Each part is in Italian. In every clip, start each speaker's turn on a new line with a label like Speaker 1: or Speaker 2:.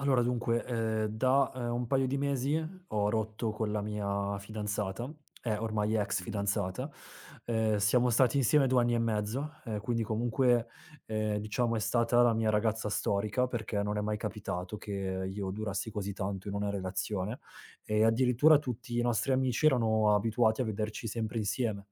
Speaker 1: Allora dunque, da, un paio di mesi ho rotto con la mia fidanzata, ormai ex
Speaker 2: Mh-mh.
Speaker 1: fidanzata. Siamo stati insieme 2 anni e mezzo, quindi comunque, diciamo è stata la mia ragazza storica, perché non è mai capitato che io durassi così tanto in una relazione, e addirittura tutti i nostri amici erano abituati a vederci sempre insieme.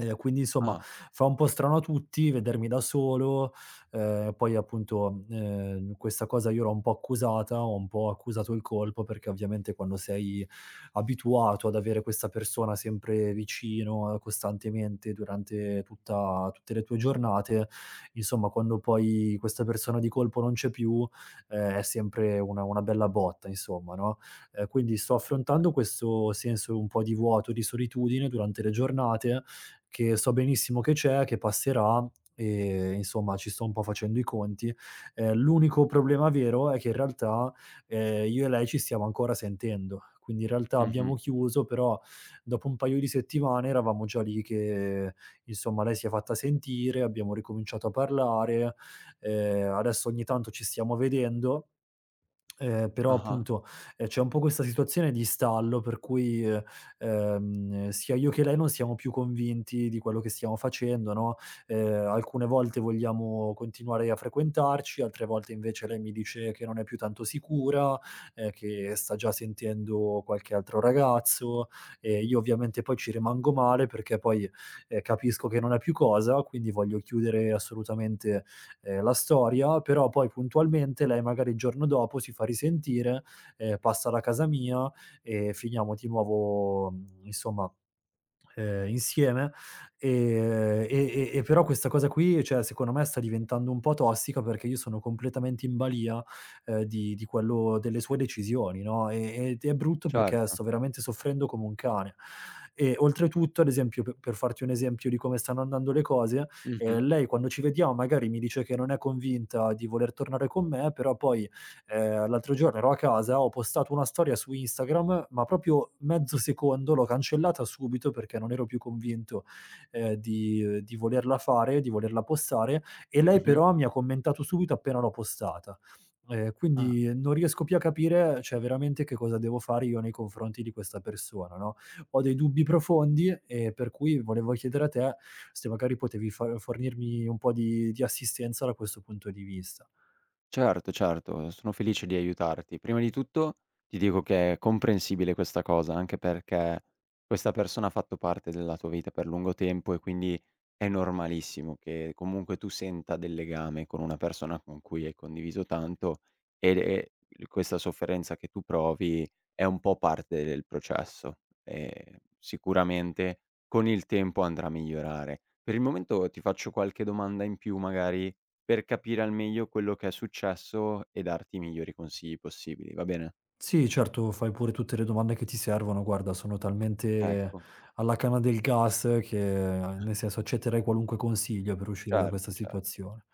Speaker 1: Quindi insomma
Speaker 2: Ah.
Speaker 1: fa un po' strano a tutti vedermi da solo, poi appunto, questa cosa io l'ho un po' accusata, ho un po' accusato il colpo, perché ovviamente quando sei abituato ad avere questa persona sempre vicino, costantemente durante tutta tutte le tue giornate, insomma quando poi questa persona di colpo non c'è più, è sempre una bella botta insomma, no, quindi sto affrontando questo senso un po' di vuoto, di solitudine durante le giornate, che so benissimo che c'è, che passerà e insomma ci sto un po' facendo i conti. L'unico problema vero è che in realtà, io e lei ci stiamo ancora sentendo. Quindi in realtà abbiamo
Speaker 2: Mh-mh.
Speaker 1: chiuso, però dopo un paio di settimane eravamo già lì che insomma lei si è fatta sentire, abbiamo ricominciato a parlare, adesso ogni tanto ci stiamo vedendo. Però
Speaker 2: Ah-ah.
Speaker 1: appunto, c'è un po' questa situazione di stallo per cui, sia io che lei non siamo più convinti di quello che stiamo facendo, no, alcune volte vogliamo continuare a frequentarci, altre volte invece lei mi dice che non è più tanto sicura, che sta già sentendo qualche altro ragazzo e io ovviamente poi ci rimango male perché poi, capisco che non è più cosa, quindi voglio chiudere assolutamente la storia, però poi puntualmente lei magari il giorno dopo si fa risentire, passa da casa mia e finiamo di nuovo, insomma insieme, e però questa cosa qui, cioè, secondo me sta diventando un po' tossica, perché io sono completamente in balia, di quello delle sue decisioni, no, ed è brutto perché
Speaker 2: Certo.
Speaker 1: sto veramente soffrendo come un cane. E oltretutto, ad esempio, pe per farti un esempio di come stanno andando le cose,
Speaker 2: Mh-mh.
Speaker 1: lei quando ci vediamo magari mi dice che non è convinta di voler tornare con me, però poi, l'altro giorno ero a casa, ho postato una storia su Instagram, ma proprio mezzo secondo l'ho cancellata subito perché non ero più convinto, di volerla fare, di volerla postare e lei
Speaker 2: Mh-mh.
Speaker 1: però mi ha commentato subito appena l'ho postata.
Speaker 2: Ah.
Speaker 1: Quindi non riesco più a capire, cioè veramente che cosa devo fare io nei confronti di questa persona, no, ho dei dubbi profondi, per cui volevo chiedere a te se magari potevi fa fornirmi un po' di assistenza da questo punto di vista.
Speaker 2: Certo, certo, sono felice di aiutarti. Prima di tutto ti dico che è comprensibile questa cosa, anche perché questa persona ha fatto parte della tua vita per lungo tempo e quindi è normalissimo che comunque tu senta del legame con una persona con cui hai condiviso tanto ed e questa sofferenza che tu provi è un po' parte del processo e sicuramente con il tempo andrà a migliorare. Per il momento ti faccio qualche domanda in più magari per capire al meglio quello che è successo e darti i migliori consigli possibili, va bene?
Speaker 1: Sì, certo, fai pure tutte le domande che ti servono. Guarda, sono talmente
Speaker 2: Ecco,
Speaker 1: alla canna del gas che, nel senso, accetterei qualunque consiglio per uscire da questa
Speaker 2: certo, certo.
Speaker 1: situazione.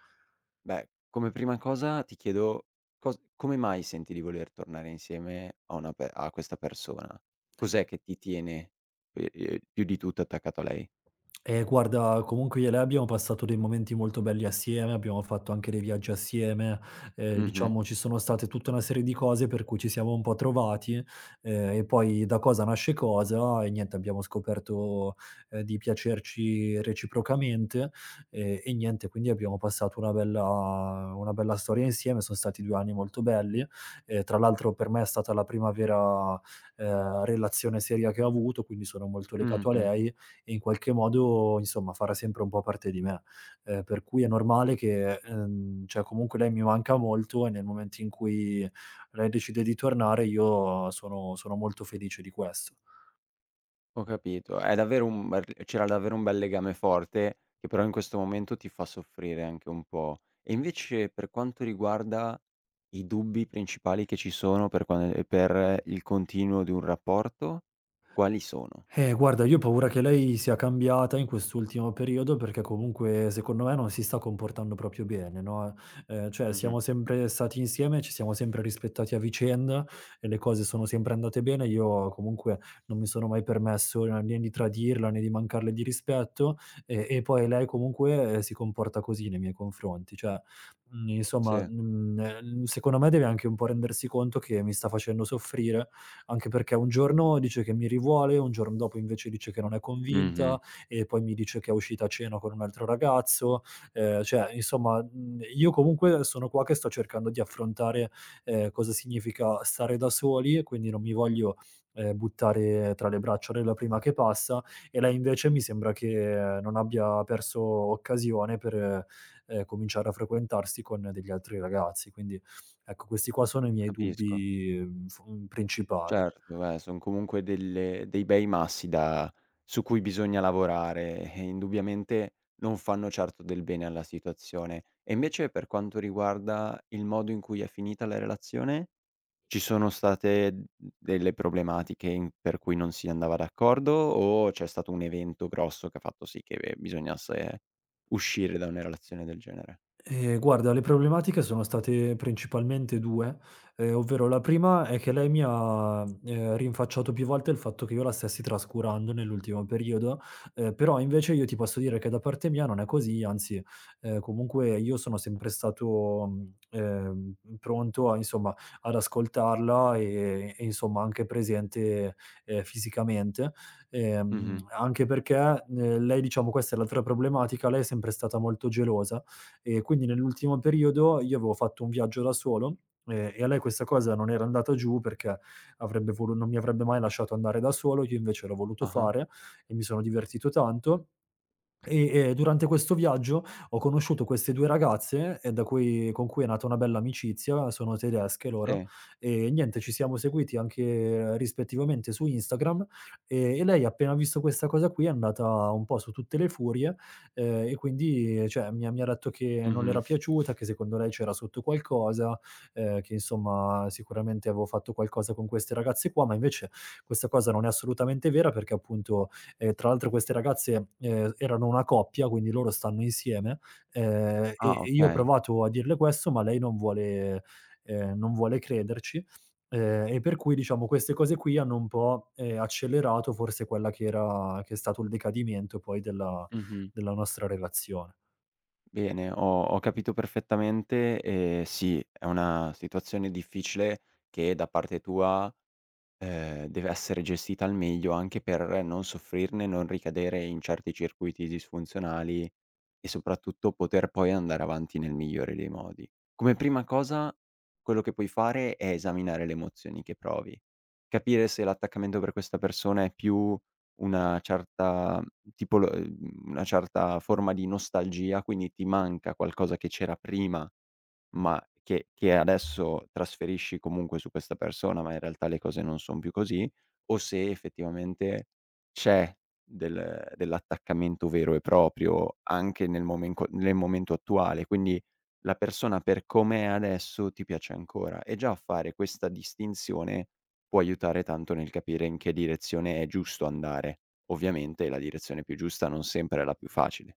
Speaker 2: Beh, come prima cosa ti chiedo cos come mai senti di voler tornare insieme a una pe a questa persona? Cos'è che ti tiene, più di tutto attaccato a lei?
Speaker 1: Guarda, comunque io e lei abbiamo passato dei momenti molto belli assieme, abbiamo fatto anche dei viaggi assieme,
Speaker 2: Mh-mh,
Speaker 1: diciamo ci sono state tutta una serie di cose per cui ci siamo un po' trovati, e poi da cosa nasce cosa e niente abbiamo scoperto, di piacerci reciprocamente, e niente quindi abbiamo passato una bella storia insieme, son stati 2 anni molto belli, tra l'altro per me è stata la prima vera, relazione seria che ho avuto, quindi sono molto legato a
Speaker 2: mh-mh.
Speaker 1: lei e in qualche modo, insomma, farà sempre un po' parte di me. Per cui è normale che, cioè comunque lei mi manca molto e nel momento in cui lei decide di tornare io sono molto felice di questo.
Speaker 2: Ho capito. È davvero un bel C'era davvero un bel legame forte, che però in questo momento ti fa soffrire anche un po'. E invece per quanto riguarda i dubbi principali che ci sono per il continuo di un rapporto, quali sono?
Speaker 1: Guarda, io ho paura che lei sia cambiata in quest'ultimo periodo perché comunque secondo me non si sta comportando proprio bene, no, cioè
Speaker 2: Mh-mh.
Speaker 1: siamo sempre stati insieme, ci siamo sempre rispettati a vicenda e le cose sono sempre andate bene. Io comunque non mi sono mai permesso né di tradirla, né di mancarle di rispetto e poi lei comunque, si comporta così nei miei confronti. Cioè,
Speaker 2: Sì.
Speaker 1: secondo me deve anche un po' rendersi conto che mi sta facendo soffrire anche perché un giorno dice che mi rivuole, un giorno dopo invece dice che non è convinta
Speaker 2: Mh-mh.
Speaker 1: e poi mi dice che è uscita a cena con un altro ragazzo. Cioè insomma, io comunque sono qua che sto cercando di affrontare, cosa significa stare da soli, quindi non mi voglio, buttare tra le braccia della prima che passa, e lei invece mi sembra che non abbia perso occasione per, cominciare a frequentarsi con degli altri ragazzi. Quindi ecco, questi qua sono i miei
Speaker 2: Capisco.
Speaker 1: dubbi, mhmm, f principali.
Speaker 2: Certo, beh, son comunque delle dei bei massi da su cui bisogna lavorare e indubbiamente non fanno certo del bene alla situazione. E invece per quanto riguarda il modo in cui è finita la relazione, ci sono state d delle problematiche in per cui non si andava d'accordo o c'è stato un evento grosso che ha fatto sì che bisognasse uscire da una relazione del genere?
Speaker 1: Guarda, le problematiche sono state principalmente 2, ovvero la prima è che lei mi ha, rinfacciato più volte il fatto che io la stessi trascurando nell'ultimo periodo, però invece io ti posso dire che da parte mia non è così, anzi, comunque io sono sempre stato, pronto a insomma, ad ascoltarla e insomma anche presente, fisicamente,
Speaker 2: Mh-mh.
Speaker 1: anche perché, lei diciamo questa è l'altra problematica, lei è sempre stata molto gelosa e quindi nell'ultimo periodo io avevo fatto un viaggio da solo, e a lei questa cosa non era andata giù perché avrebbe volu non mi avrebbe mai lasciato andare da solo, io invece l'ho voluto
Speaker 2: Ah-ah.
Speaker 1: fare e mi sono divertito tanto. E durante questo viaggio ho conosciuto queste 2 ragazze, da cui con cui è nata una bella amicizia, sono tedesche loro,
Speaker 2: Sì.
Speaker 1: e niente ci siamo seguiti anche rispettivamente su Instagram, e lei appena visto questa cosa qui è andata un po' su tutte le furie, e quindi cioè mi ha detto che non le era
Speaker 2: Mh-mh.
Speaker 1: piaciuta, che secondo lei c'era sotto qualcosa, che insomma sicuramente avevo fatto qualcosa con queste ragazze qua, ma invece questa cosa non è assolutamente vera perché appunto tra l'altro queste ragazze, erano una coppia, quindi loro stanno insieme, ehm, e
Speaker 2: Ah,
Speaker 1: e io ho
Speaker 2: okay.
Speaker 1: provato a dirle questo, ma lei non vuole crederci, e per cui diciamo queste cose qui hanno un po', accelerato forse quella che è stato il decadimento poi della
Speaker 2: Mh-mh.
Speaker 1: della nostra relazione.
Speaker 2: Bene, ho capito perfettamente e sì, è una situazione difficile che da parte tua, deve essere gestita al meglio anche per non soffrirne, non ricadere in certi circuiti disfunzionali e soprattutto poter poi andare avanti nel migliore dei modi. Come prima cosa, quello che puoi fare è esaminare le emozioni che provi, capire se l'attaccamento per questa persona è più una certa tipolo una certa forma di nostalgia, quindi ti manca qualcosa che c'era prima ma che adesso trasferisci comunque su questa persona, ma in realtà le cose non son più così, o se effettivamente c'è dell'attaccamento vero e proprio anche nel momento attuale. Quindi la persona per com'è adesso ti piace ancora e già fare questa distinzione può aiutare tanto nel capire in che direzione è giusto andare. Ovviamente la direzione più giusta non sempre è la più facile.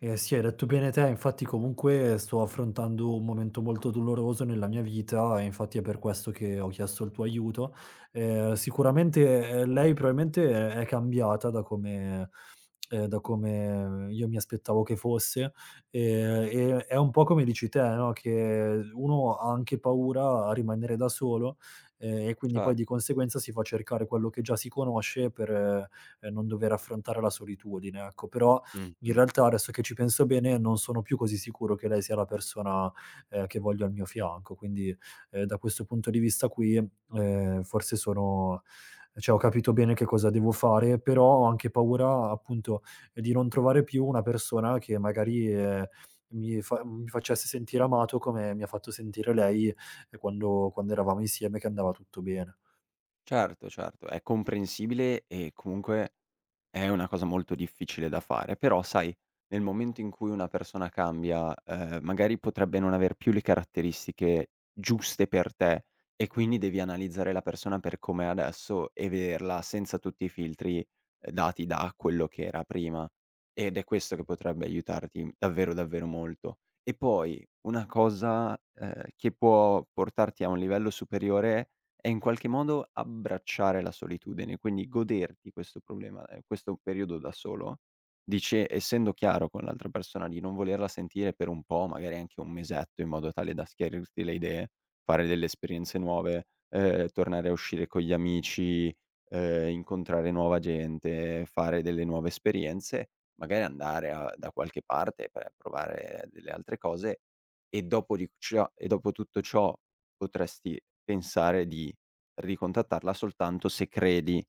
Speaker 1: Eh sì, hai detto bene te, infatti comunque sto affrontando un momento molto doloroso nella mia vita e infatti è per questo che ho chiesto il tuo aiuto. Sicuramente, lei probabilmente è cambiata da come io mi aspettavo che fosse, e è un po' come dici te, no, che uno ha anche paura a rimanere da solo, e quindi poi di
Speaker 2: Certo.
Speaker 1: conseguenza si fa cercare quello che già si conosce per, non dover affrontare la solitudine, ecco. Però in
Speaker 2: Mh-mh.
Speaker 1: realtà adesso che ci penso bene, non sono più così sicuro che lei sia la persona, che voglio al mio fianco, quindi, da questo punto di vista qui, forse sono cioè ho capito bene che cosa devo fare, però ho anche paura appunto di non trovare più una persona che magari, mi facesse sentire amato come mi ha fatto sentire lei quando eravamo insieme, che andava tutto bene.
Speaker 2: Certo, certo, è comprensibile e comunque è una cosa molto difficile da fare, però sai, nel momento in cui una persona cambia, magari potrebbe non aver più le caratteristiche giuste per te e quindi devi analizzare la persona per com'è adesso e vederla senza tutti i filtri, dati da quello che era prima, ed è questo che potrebbe aiutarti davvero, davvero molto. E poi una cosa, che può portarti a un livello superiore è in qualche modo abbracciare la solitudine, quindi goderti questo periodo da solo, dice essendo chiaro con l'altra persona di non volerla sentire per un po', magari anche un mesetto, in modo tale da schiarirti le idee, fare delle esperienze nuove, tornare a uscire con gli amici, incontrare nuova gente, fare delle nuove esperienze, magari andare a da qualche parte per provare delle altre cose e dopo tutto ciò potresti pensare di ricontattarla soltanto se credi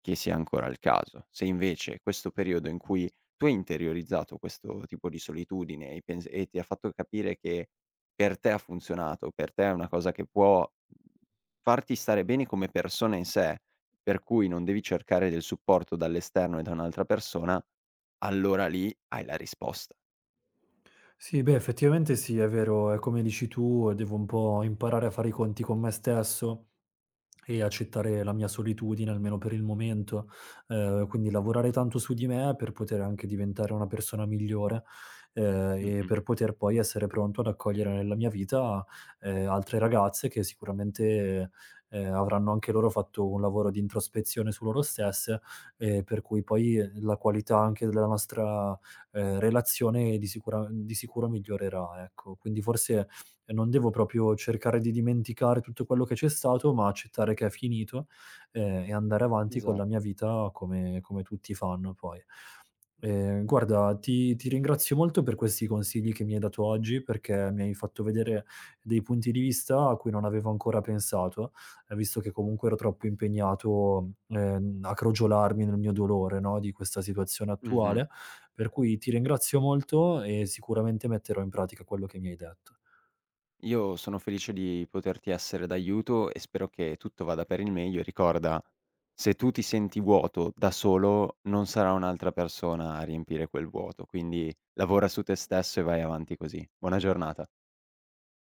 Speaker 2: che sia ancora il caso. Se invece questo periodo in cui tu hai interiorizzato questo tipo di solitudine e ti ha fatto capire che per te ha funzionato, per te è una cosa che può farti stare bene come persona in sé, per cui non devi cercare del supporto dall'esterno e da un'altra persona, allora lì hai la risposta.
Speaker 1: Sì, beh, effettivamente sì, è vero, è come dici tu, devo un po' imparare a fare i conti con me stesso e accettare la mia solitudine, almeno per il momento. Quindi lavorare tanto su di me per poter anche diventare una persona migliore, e
Speaker 2: Mh-mh.
Speaker 1: per poter poi essere pronto ad accogliere nella mia vita, altre ragazze che sicuramente, avranno anche loro fatto un lavoro di introspezione su loro stesse, per cui poi la qualità anche della nostra, relazione di sicuro migliorerà, ecco. Quindi forse non devo proprio cercare di dimenticare tutto quello che c'è stato, ma accettare che è finito, e andare avanti con la
Speaker 2: Esatto.
Speaker 1: mia vita come tutti fanno poi. Guarda ti ringrazio molto per questi consigli che mi hai dato oggi, perché mi hai fatto vedere dei punti di vista a cui non avevo ancora pensato, visto che comunque ero troppo impegnato, a crogiolarmi nel mio dolore, no, di questa situazione
Speaker 2: Mh-mh.
Speaker 1: attuale, per cui ti ringrazio molto e sicuramente metterò in pratica quello che mi hai detto.
Speaker 2: Io sono felice di poterti essere d'aiuto e spero che tutto vada per il meglio e ricorda, se tu ti senti vuoto da solo, non sarà un'altra persona a riempire quel vuoto, quindi lavora su te stesso e vai avanti così. Buona giornata.